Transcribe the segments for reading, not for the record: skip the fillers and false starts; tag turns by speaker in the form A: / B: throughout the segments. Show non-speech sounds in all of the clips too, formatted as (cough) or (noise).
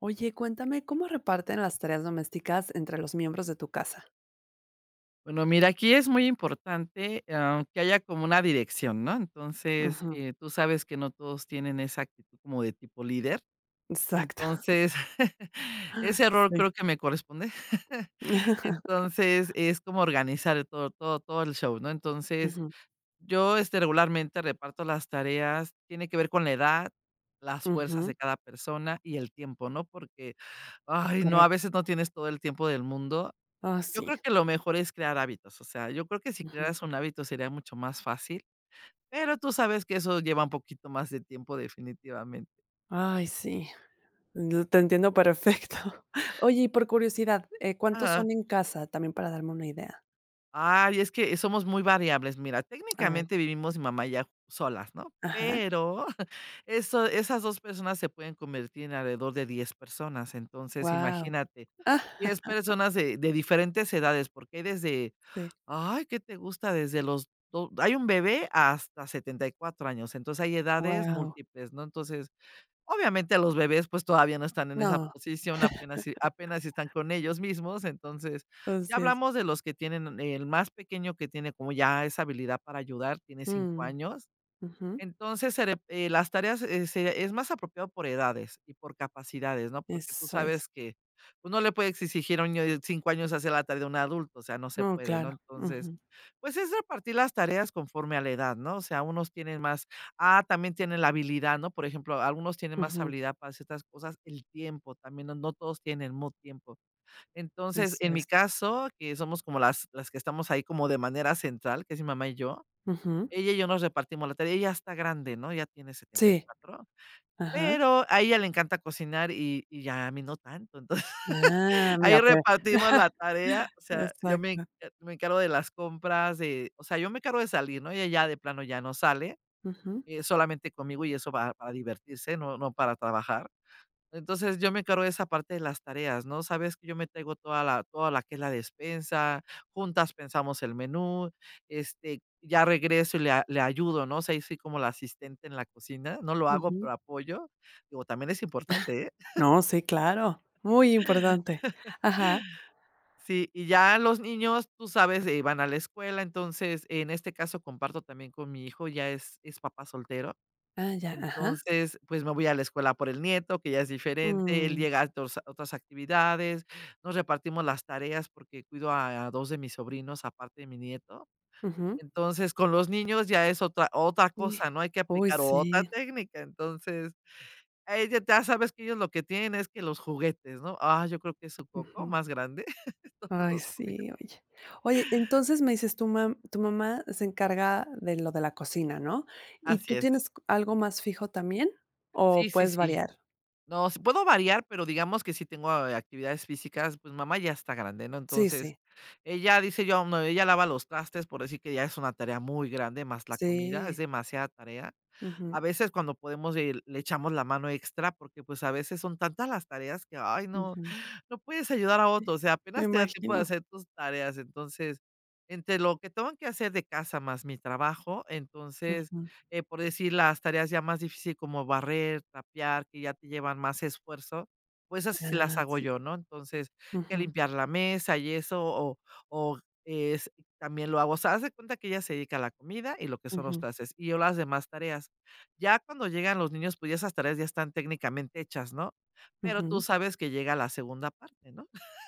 A: Oye, cuéntame, ¿cómo reparten las tareas domésticas entre los miembros de tu casa?
B: Bueno, mira, aquí es muy importante, que haya como una dirección, ¿no? Entonces,
A: Ujú,
B: tú sabes que no todos tienen esa actitud como de tipo líder.
A: exacto,
B: Entonces, (laughs) ese
A: (laughs)
B: error
A: sí.
B: creo que me corresponde. (laughs)
A: (laughs)
B: Entonces, es como organizar el todo el show, ¿no? Entonces,
A: Ujú,
B: yo, regularmente reparto las tareas, tiene que ver con la edad, las fuerzas de
A: ujú,
B: cada persona y el tiempo, ¿no? Porque, ay, no, a
A: correcto.
B: veces no tienes todo el tiempo del mundo.
A: Ah,
B: Yo
A: sí.
B: creo que lo mejor es crear hábitos, o sea, yo creo que si
A: Ujú.
B: crearas un hábito sería mucho más fácil, pero tú sabes que eso lleva un poquito más de tiempo definitivamente.
A: Ay, sí, lo te entiendo perfecto. (laughs) Oye, y por curiosidad, ¿cuántos
B: Ajá.
A: son en casa? También para darme una idea.
B: Ay, es que somos muy variables. Mira,
A: A ver.
B: técnicamente vivimos mi mamá y yo solas, ¿no?
A: Ajá.
B: Pero (laughs) eso esas 2 personas se pueden convertir en alrededor de 10 personas. Entonces,
A: Wow.
B: imagínate, 10
A: (laughs)
B: personas de diferentes edades, porque hay desde.
A: Sí,
B: Ay, ¿qué te gusta? Desde los do hay un bebé hasta 74 años, entonces hay edades
A: wow.
B: múltiples, ¿no? Entonces, obviamente los bebés, pues, todavía no están en esa
A: No,
B: posición, apenas si están con ellos mismos, entonces, ya
A: así es.
B: hablamos de los que tienen el más pequeño que tiene como ya esa habilidad para ayudar, tiene cinco
A: Mm,
B: años.
A: ujú,
B: Entonces, se re las tareas, se es más apropiado por edades y por capacidades, ¿no? Porque tú
A: eso es.
B: sabes que, uno le puede exigir a un niño de 5 años hacer la tarea de un adulto, o sea, no se
A: No,
B: puede, ¿no?
A: claro.
B: Entonces,
A: Ujú,
B: pues, es repartir las tareas conforme a la edad, ¿no? O sea, unos tienen también tienen la habilidad, ¿no? Por ejemplo, algunos tienen más
A: ujú,
B: habilidad para ciertas cosas, el tiempo también, no todos tienen el mismo tiempo. Entonces,
A: eso
B: en
A: es.
B: mi caso, que somos como las que estamos ahí como de manera central, que es mi mamá y yo,
A: Ujú,
B: ella y yo nos repartimos la tarea, ella está grande, ¿no? Ya tiene setenta y
A: sí,
B: cuatro
A: ajá.
B: pero a ella le encanta cocinar y ya a mí no tanto. Entonces,
A: Ah,
B: (laughs) ahí
A: mira, pero
B: repartimos la
A: (laughs)
B: tarea, o sea, yo me
A: exacto.
B: me encargo de las compras, de o sea, yo me encargo de salir, ¿no? Ella ya de plano ya no sale,
A: Ujú,
B: solamente conmigo y eso va para divertirse, no para trabajar. Entonces, yo me encargo de esa parte de las tareas, ¿no? Sabes que yo me traigo toda la que es la despensa, juntas pensamos el menú, ya regreso y le ayudo, ¿no? O sea, ahí soy como la asistente en la cocina, no lo hago,
A: ujú.
B: pero apoyo. Digo, también es importante, ¿eh?
A: No, sí, claro, muy importante. Ajá.
B: Sí, y ya los niños, tú sabes, van a la escuela, entonces, en este caso, comparto también con mi hijo, ya es papá soltero.
A: Ah, ya, ajá.
B: Entonces, pues, me voy a la escuela por el nieto, que ya es diferente, él
A: Mm,
B: llega a otros a otras actividades, nos repartimos las tareas porque cuido a 2 de mis sobrinos, aparte de mi nieto.
A: ujú.
B: Entonces, con los niños ya es otra
A: Y-
B: cosa, ¿no? Hay que
A: Uy,
B: aplicar otra
A: sí.
B: técnica. Entonces, ahí ya sabes que ellos lo que tienen es que los juguetes, ¿no? Ah, yo creo que es su coco
A: Ujú.
B: más grande, (laughs) todos
A: Ay,
B: los juguetes.
A: sí, oye. Oye, entonces me dices tu mamá se encarga de lo de la cocina, ¿no? ¿Y
B: Así
A: tú
B: es.
A: tienes algo más fijo también
B: Sí,
A: o
B: sí,
A: puedes
B: sí.
A: variar?
B: No, sí puedo variar, pero digamos que sí tengo, actividades físicas, pues, mamá ya está grande, ¿no?
A: Sí,
B: Entonces,
A: sí.
B: ella dice yo, no, ella lava los trastes, por decir que ya es una tarea muy grande, más la comida, es
A: Sí.
B: demasiada tarea.
A: Ujú,
B: A veces cuando podemos, le echamos la mano extra, porque, pues, a veces son tantas las tareas que, ay, no,
A: ujú.
B: no puedes ayudar a otro, o sea,
A: Me
B: apenas te da tiempo de
A: imagino.
B: hacer tus tareas. Entonces, entre lo que tengo que hacer de casa más mi trabajo, entonces,
A: Ujú.
B: por decir, las tareas ya más difíciles como barrer, trapear, que ya te llevan más esfuerzo, pues, así sí las
A: Ah,
B: hago
A: sí.
B: yo, ¿no? Entonces, que
A: Ujú.
B: limpiar la mesa y eso, o es también lo hago. O sea, haz de cuenta que ella se dedica a la comida y lo que son los
A: Ujú,
B: trastes, y yo las demás tareas. Ya cuando llegan los niños, pues, ya esas tareas ya están técnicamente hechas, ¿no? Pero tú
A: ujú.
B: sabes que llega la segunda parte, ¿no? (laughs)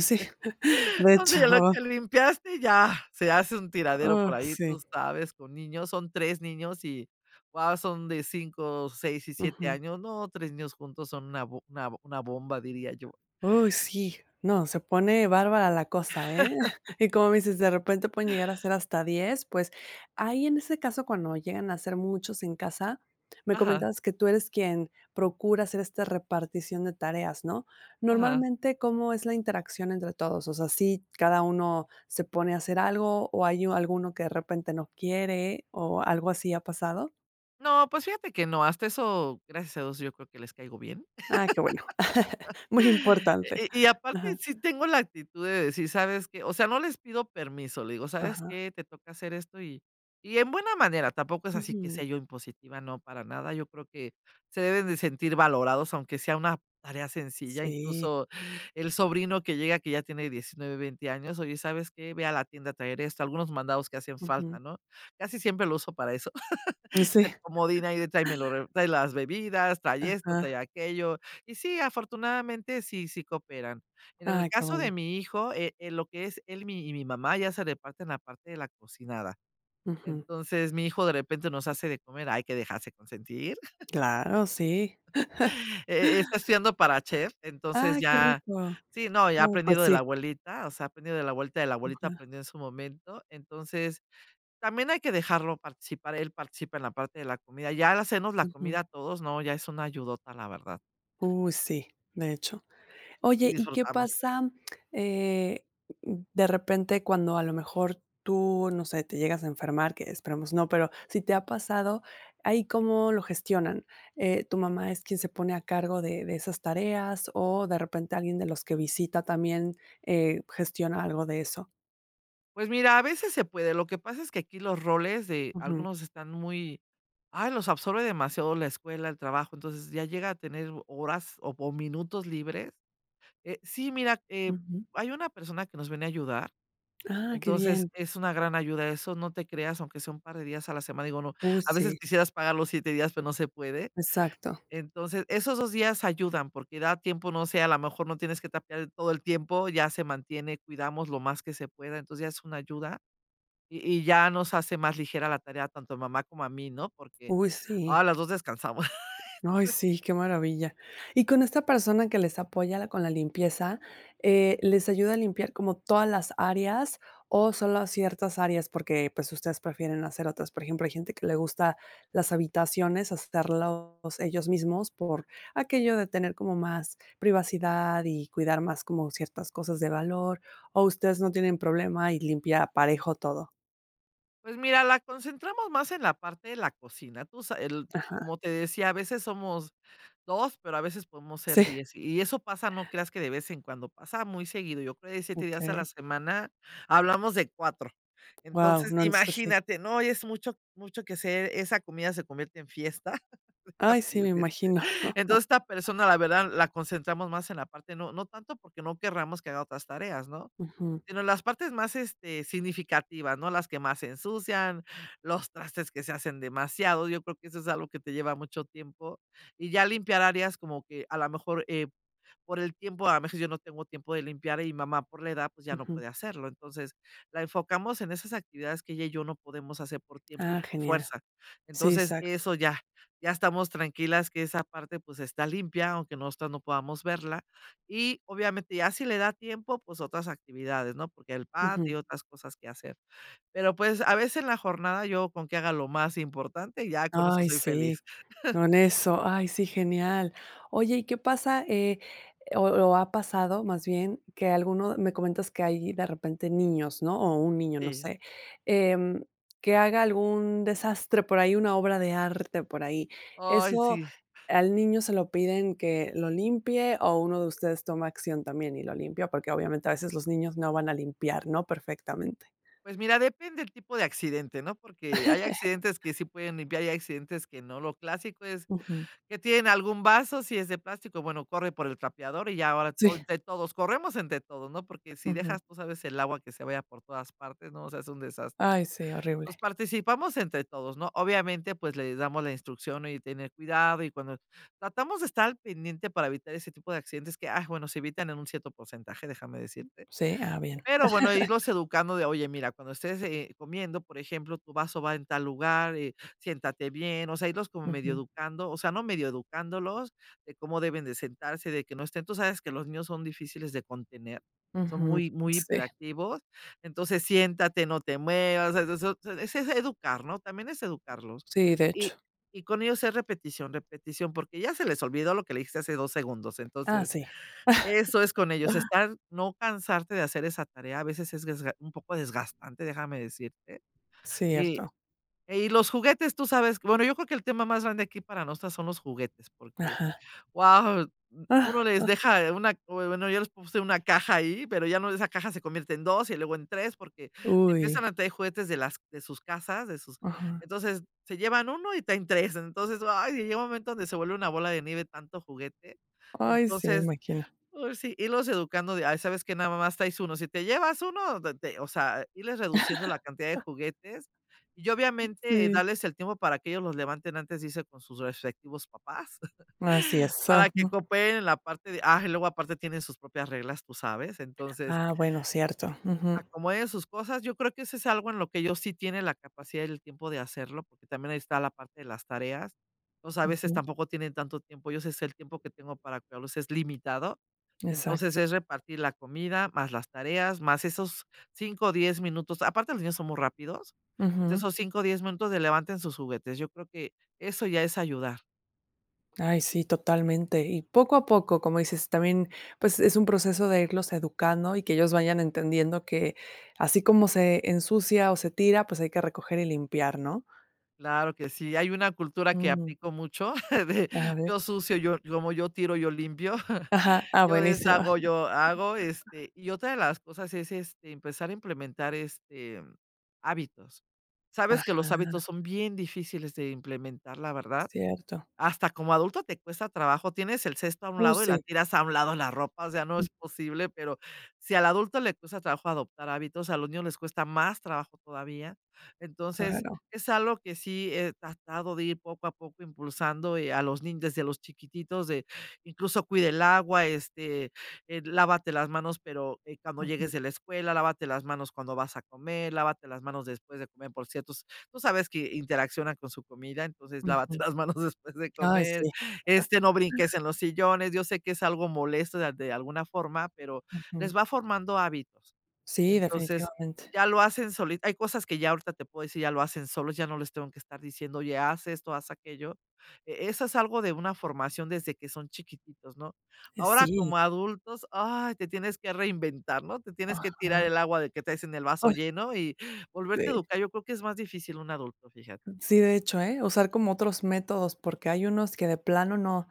A: Sí, (laughs) de
B: Donde ya lo
A: hecho,
B: que limpiaste ya se hace un tiradero
A: oh,
B: por ahí,
A: sí,
B: tú sabes, con niños, son 3 niños y, wow, son de cinco seis y siete
A: ujú.
B: años. No, 3 niños juntos son una bomba, diría yo.
A: Uy, sí, no, se pone bárbara la cosa, ¿eh? (laughs) Y como me dices, de repente pueden llegar a ser hasta 10, pues, ahí en ese caso, cuando llegan a ser muchos en casa, me
B: Ajá,
A: comentabas que tú eres quien procura hacer esta repartición de tareas, ¿no?
B: ajá.
A: Normalmente, ¿cómo es la interacción entre todos? O sea, ¿si cada uno se pone a hacer algo, o hay alguno que de repente no quiere, o algo así ha pasado?
B: No, pues, fíjate que no, hasta eso, gracias a Dios, yo creo que les caigo bien.
A: Ah, qué bueno. (laughs) Muy importante.
B: Y aparte,
A: Ajá,
B: sí tengo la actitud de decir, ¿sabes qué? O sea, no les pido permiso, le digo: "¿Sabes
A: ajá.
B: qué? Te toca hacer esto", y en buena manera, tampoco es así que sea
A: Ujú.
B: yo impositiva, no, para nada. Yo creo que se deben de sentir valorados, aunque sea una tarea sencilla,
A: Sí.
B: incluso el sobrino que llega, que ya tiene 19, 20 años: "Oye, ¿sabes qué? Ve a la tienda a traer esto", algunos mandados que hacen falta,
A: Ujú.
B: ¿no? Casi siempre lo uso para eso.
A: Sí,
B: El comodín ahí de tráeme lo re trae las bebidas, trae esto, trae
A: ajá.
B: aquello. Y sí, afortunadamente sí, sí cooperan. En el
A: Ah, qué
B: caso de
A: bueno.
B: mi hijo, lo que es él, mi mamá ya se reparten la parte de la cocinada.
A: Ujú.
B: Entonces, mi hijo de repente nos hace de comer, hay que dejarse consentir. (laughs)
A: Claro, sí.
B: Está estudiando para chef, entonces
A: Ah, qué
B: ya
A: rico.
B: sí, no, ya ha
A: No, pues
B: aprendido de la
A: sí.
B: abuelita, o sea, ha aprendido de la vuelta de la abuelita
A: Ajá,
B: aprendió en su momento. Entonces, también hay que dejarlo participar, él participa en la parte de la comida. Ya al hacernos la comida
A: ujú.
B: a todos, no, ya es una ayudota, la verdad,
A: Uy, sí, de hecho.
B: y
A: Oye, ¿y qué
B: disfrutamos.
A: pasa, eh, de repente cuando a lo mejor tú, no sé, te llegas a enfermar? Que esperemos no, pero si te ha pasado, ¿ahí cómo lo gestionan? ¿Tu mamá es quien se pone a cargo de esas tareas o de repente alguien de los que visita también, gestiona algo de eso?
B: Pues mira, a veces se puede, lo que pasa es que aquí los roles de
A: Ujú,
B: algunos están muy, ay, los absorbe demasiado la escuela, el trabajo, entonces ya llega a tener horas o minutos libres. Sí, mira,
A: ujú.
B: hay una persona que nos viene a ayudar,
A: Ah, qué
B: entonces
A: bien.
B: es una gran ayuda eso, no te creas, aunque sea un par de días a la semana, digo, no,
A: Uy,
B: a veces
A: sí,
B: quisieras pagar los 7 días, pero no se puede.
A: exacto.
B: Entonces, esos 2 días ayudan, porque da tiempo, no sé, a lo mejor no tienes que trapear todo el tiempo, ya se mantiene, cuidamos lo más que se pueda, entonces ya es una ayuda y ya nos hace más ligera la tarea tanto a mamá como a mí, ¿no? Porque,
A: Uy,
B: ahora
A: sí.
B: las 2 descansamos. (laughs)
A: Ay, sí, qué maravilla. Y con esta persona que les apoya la con la limpieza, ¿les ayuda a limpiar como todas las áreas o solo ciertas áreas? Porque, pues, ustedes prefieren hacer otras. Por ejemplo, hay gente que le gusta las habitaciones, hacerlos ellos mismos por aquello de tener como más privacidad y cuidar más como ciertas cosas de valor, o ustedes no tienen problema y limpia parejo todo.
B: Pues mira, la concentramos más en la parte de la cocina, tú sa el
A: Ajá.
B: como te decía, a veces somos 2, pero a veces podemos ser
A: Sí,
B: 10 y eso pasa, no creas que de vez en cuando, pasa muy seguido, yo creo de 7 días a la
A: okey.
B: semana, hablamos de 4.
A: Wow,
B: Entonces,
A: no, entonces sí.
B: imagínate, no, y es mucho mucho que se esa comida se convierte en fiesta, (laughs) por
A: Ay, sí, me
B: decir.
A: imagino.
B: Entonces, esta persona, la verdad, la concentramos más en la parte, no tanto porque no querramos que haga otras tareas, ¿no?
A: Ujú,
B: Sino las partes más, este, significativas, ¿no? Las que más se ensucian, los trastes que se hacen demasiado. Yo creo que eso es algo que te lleva mucho tiempo. Y ya limpiar áreas como que a lo mejor, por el tiempo, a veces yo no tengo tiempo de limpiar y mi mamá por la edad, pues ya no
A: ujú.
B: puede hacerlo. Entonces, la enfocamos en esas actividades que ella y yo no podemos hacer por tiempo y
A: Ah,
B: por
A: genial.
B: fuerza.
A: Sí,
B: Entonces,
A: exacto.
B: eso ya, ya estamos tranquilas que esa parte pues está limpia, aunque nosotras no podamos verla. Y obviamente ya si le da tiempo, pues otras actividades, ¿no? Porque el patio y
A: Ujú.
B: otras cosas que hacer. Pero pues a veces en la jornada yo con que haga lo más importante, ya con eso
A: Ay,
B: soy feliz.
A: sí, con eso. Ay, sí, genial. Oye, ¿y qué pasa? O ha pasado más bien que alguno me comentas que hay de repente niños, ¿no? O un niño, no
B: Sí.
A: sé, em, que haga algún desastre por ahí, una obra de arte por ahí.
B: Ay,
A: ¿Eso
B: sí.
A: al niño se lo piden que lo limpie o uno de ustedes toma acción también y lo limpia? Porque obviamente a veces los niños no van a limpiar, ¿no? Perfectamente.
B: Pues mira, depende el tipo de accidente, ¿no? Porque hay
A: (laughs)
B: accidentes que sí pueden limpiar y hay accidentes que no. Lo clásico es
A: Ujú.
B: que tienen algún vaso, si es de plástico, bueno, corre por el trapeador y ya ahora todo,
A: Sí.
B: entre todos, corremos entre todos, ¿no? Porque si
A: Ujú.
B: dejas, tú sabes, el agua que se vaya por todas partes, ¿no? O sea, es un desastre.
A: Ay, sí, horrible.
B: Nos participamos entre todos, ¿no? Obviamente, pues le damos la instrucción y tener cuidado y cuando tratamos de estar al pendiente para evitar ese tipo de accidentes que, bueno, se evitan en un cierto porcentaje, déjame decirte.
A: Sí, ah, bien.
B: Pero bueno, irlos educando de, oye, mira, cuando estés, comiendo, por ejemplo, tu vaso va en tal lugar, siéntate bien, o sea, irlos como medio
A: Ujú,
B: educando, o sea, no medio educándolos de cómo deben de sentarse, de que no estén. Tú sabes que los niños son difíciles de contener, son
A: ujú.
B: muy, muy
A: Sí,
B: hiperactivos. Entonces, siéntate, no te muevas, es eso es educar, ¿no? También es educarlos.
A: sí, de
B: Y
A: hecho.
B: y con ellos es repetición, repetición, porque ya se les olvidó lo que le dijiste hace 2 segundos.
A: Ah,
B: Entonces
A: sí.
B: eso es con ellos,
A: Ah,
B: estar no cansarte de hacer esa tarea, a veces es desga un poco desgastante, déjame decirte. Y
A: cierto.
B: y los juguetes, tú sabes bueno, yo creo que el tema más grande aquí para nosotras son los juguetes, porque,
A: Ajá.
B: wow,
A: Ah,
B: uno les
A: ah.
B: deja una bueno, yo les puse una caja ahí, pero ya no esa caja se convierte en 2 y luego en 3 porque se
A: Uy,
B: empiezan a traer juguetes de sus casas, de sus
A: ajá.
B: entonces, se llevan uno y traen 3. Entonces, ay, llega un momento donde se vuelve una bola de nieve tanto juguete.
A: Ay, sí, me
B: Entonces,
A: imagino.
B: uy, sí, irlos educando de: "Ay, ¿sabes que nada más traes uno? Si te llevas uno te", o sea, irles reduciendo la cantidad de juguetes y obviamente,
A: Sí.
B: darles el tiempo para que ellos los levanten antes dice con sus respectivos papás.
A: Así
B: (laughs)
A: es,
B: Para
A: ajá.
B: que cooperen en la parte de ah, y luego aparte tienen sus propias reglas, tú sabes, entonces
A: Ah, bueno, cierto. Ujú,
B: acomode sus cosas. Yo creo que eso es algo en lo que ellos sí tienen la capacidad y el tiempo de hacerlo, porque también ahí está la parte de las tareas. Entonces, a veces
A: ujú,
B: tampoco tienen tanto tiempo. Yo sé el tiempo que tengo para cuidarlos es limitado. Entonces,
A: exacto.
B: es repartir la comida, más las tareas, más esos 5 o 10 minutos. Aparte, los niños son muy rápidos. Entonces,
A: Ujú.
B: esos 5 o 10 minutos de levanten sus juguetes. Yo creo que eso ya es ayudar.
A: Ay, sí, totalmente. Y poco a poco, como dices, también, pues, es un proceso de irlos educando y que ellos vayan entendiendo que así como se ensucia o se tira, pues, hay que recoger y limpiar, ¿no?
B: Claro que sí, hay una cultura que
A: Mm,
B: aplico mucho (laughs) de
A: a ver.
B: yo sucio, yo como yo tiro, yo limpio, (laughs)
A: Ajá, ah,
B: yo
A: buenísimo.
B: deshago, yo hago, y otra de las cosas es, empezar a implementar, hábitos. Sabes que los
A: Ajá,
B: hábitos son bien difíciles de implementar, la verdad.
A: cierto.
B: Hasta como adulto te cuesta trabajo, tienes el cesto a un lado y la
A: Sí,
B: tiras a un lado la ropa, o sea, no
A: mm,
B: es posible, pero si al adulto le cuesta trabajo adoptar hábitos, a los niños les cuesta más trabajo todavía. Entonces,
A: claro.
B: es algo que sí he tratado de ir poco a poco impulsando, a los niños desde los chiquititos de incluso cuide el agua, lávate las manos, pero, cuando
A: Ujú,
B: llegues de la escuela, lávate las manos cuando vas a comer, lávate las manos después de comer por ciertos. Tú sabes que interacciona con su comida, entonces lávate
A: ujú.
B: las manos (laughs) después de
A: Ay,
B: comer,
A: sí,
B: no brinques en los sillones. Yo sé que es algo molesto de alguna forma, pero les
A: ujú.
B: va formando hábitos.
A: Sí,
B: Entonces,
A: definitivamente.
B: ya lo hacen soli hay cosas que ya ahorita te puedo decir, ya lo hacen solos, ya no les tengo que estar diciendo: "Oye, haz esto, haz aquello". Eso es algo de una formación desde que son chiquititos, ¿no? Ahora,
A: Sí,
B: como adultos, ay, te tienes que reinventar, ¿no? Te tienes que tirar
A: ajá.
B: el agua de que traes en el vaso
A: Ay,
B: lleno y volverte a
A: sí.
B: educar. Yo creo que es más difícil un adulto, fíjate.
A: Sí, de hecho, ¿eh? Usar como otros métodos, porque hay unos que de plano no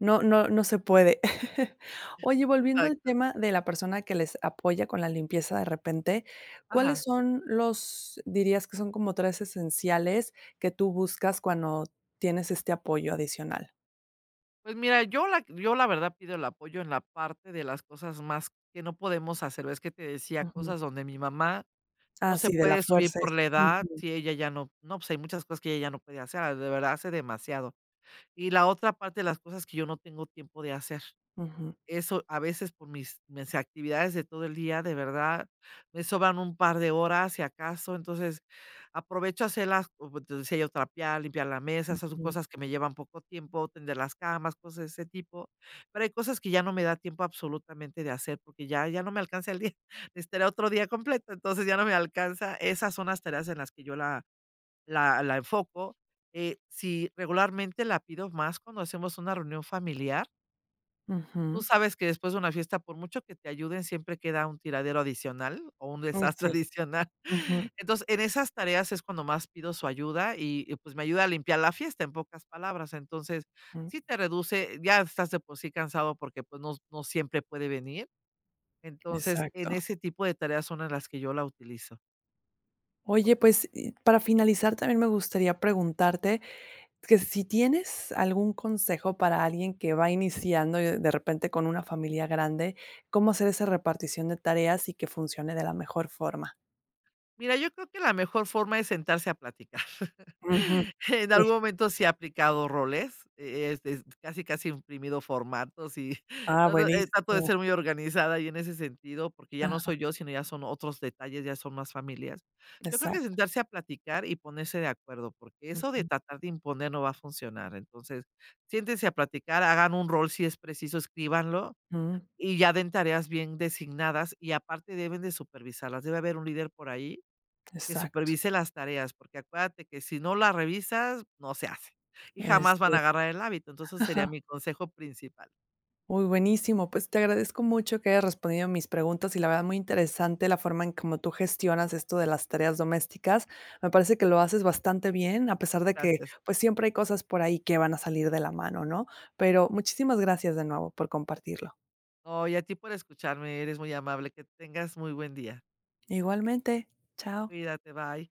A: no se puede. (laughs) Oye, volviendo al
B: Exacto.
A: tema de la persona que les apoya con la limpieza de repente,
B: Ajá.
A: ¿cuáles son los dirías que son como 3 esenciales que tú buscas cuando tienes este apoyo adicional?
B: Pues mira, yo la verdad pido el apoyo en la parte de las cosas más que no podemos hacer. Ves que te decía
A: Ujú.
B: cosas donde mi mamá no
A: Ah,
B: se
A: sí, de la
B: puede subir
A: fuerza,
B: por
A: eso.
B: la edad,
A: Ujú,
B: si ella ya no, pues, hay muchas cosas que ella ya no puede hacer, de verdad hace demasiado. Y la otra parte de las cosas que yo no tengo tiempo de hacer.
A: ujú,
B: Eso a veces por mis actividades de todo el día, de verdad, me sobran un par de horas, si acaso. Entonces, aprovecho a hacerlas, como te decía yo, trapear, limpiar la mesa, esas son
A: ujú,
B: cosas que me llevan poco tiempo, tender las camas, cosas de ese tipo. Pero hay cosas que ya no me da tiempo absolutamente de hacer, porque ya no me alcanza el día, (laughs) necesitaré otro día completo, entonces ya no me alcanza. Esas son las tareas en las que yo la enfoco. Si regularmente la pido más cuando hacemos una reunión familiar. Tú
A: ujú.
B: sabes que después de una fiesta, por mucho que te ayuden, siempre queda un tiradero adicional o un
A: Uy,
B: desastre (laughs)
A: sí.
B: adicional.
A: Ujú,
B: Entonces, en esas tareas es cuando más pido su ayuda pues me ayuda a limpiar la fiesta, en pocas palabras. Entonces,
A: mm,
B: sí te reduce, ya estás de por sí cansado porque pues no, no siempre puede venir. Entonces, en
A: exacto.
B: ese tipo de tareas son en las que yo la utilizo.
A: Oye, pues, y para finalizar, también me gustaría preguntarte que si tienes algún consejo para alguien que va iniciando y de repente con una familia grande, ¿cómo hacer esa repartición de tareas y que funcione de la mejor forma?
B: Mira, yo creo que la mejor forma es sentarse a platicar. (laughs)
A: Ujú,
B: En
A: sí.
B: algún momento sí he aplicado roles, casi, casi imprimido formatos y (laughs)
A: Ah,
B: no, no, trato de
A: buenísimo.
B: ser muy organizada y en ese sentido, porque ya no
A: Ajá,
B: soy yo, sino ya son otros detalles, ya son más familias. Yo creo que
A: exacto.
B: sentarse a platicar y ponerse de acuerdo, porque eso de
A: Ujú,
B: tratar de imponer no va a funcionar. Entonces, siéntense a platicar, hagan un rol si es preciso, escríbanlo
A: mm,
B: y ya den tareas bien designadas y aparte deben de supervisarlas. Debe haber un líder por ahí que
A: exacto.
B: supervise las tareas, porque acuérdate que si no las revisas, no se hace, y
A: Así
B: jamás van a
A: es.
B: agarrar el hábito. Entonces, sería mi consejo principal.
A: Uy, buenísimo. Pues, te agradezco mucho que hayas respondido mis preguntas y la verdad muy interesante la forma en cómo tú gestionas esto de las tareas domésticas. Me parece que lo haces bastante bien, a pesar de que,
B: Gracias.
A: pues, siempre hay cosas por ahí que van a salir de la mano, ¿no? Pero muchísimas gracias de nuevo por compartirlo.
B: No, y a ti por escucharme, eres muy amable. Que tengas muy buen día.
A: Igualmente. Chao.
B: Cuídate, bye.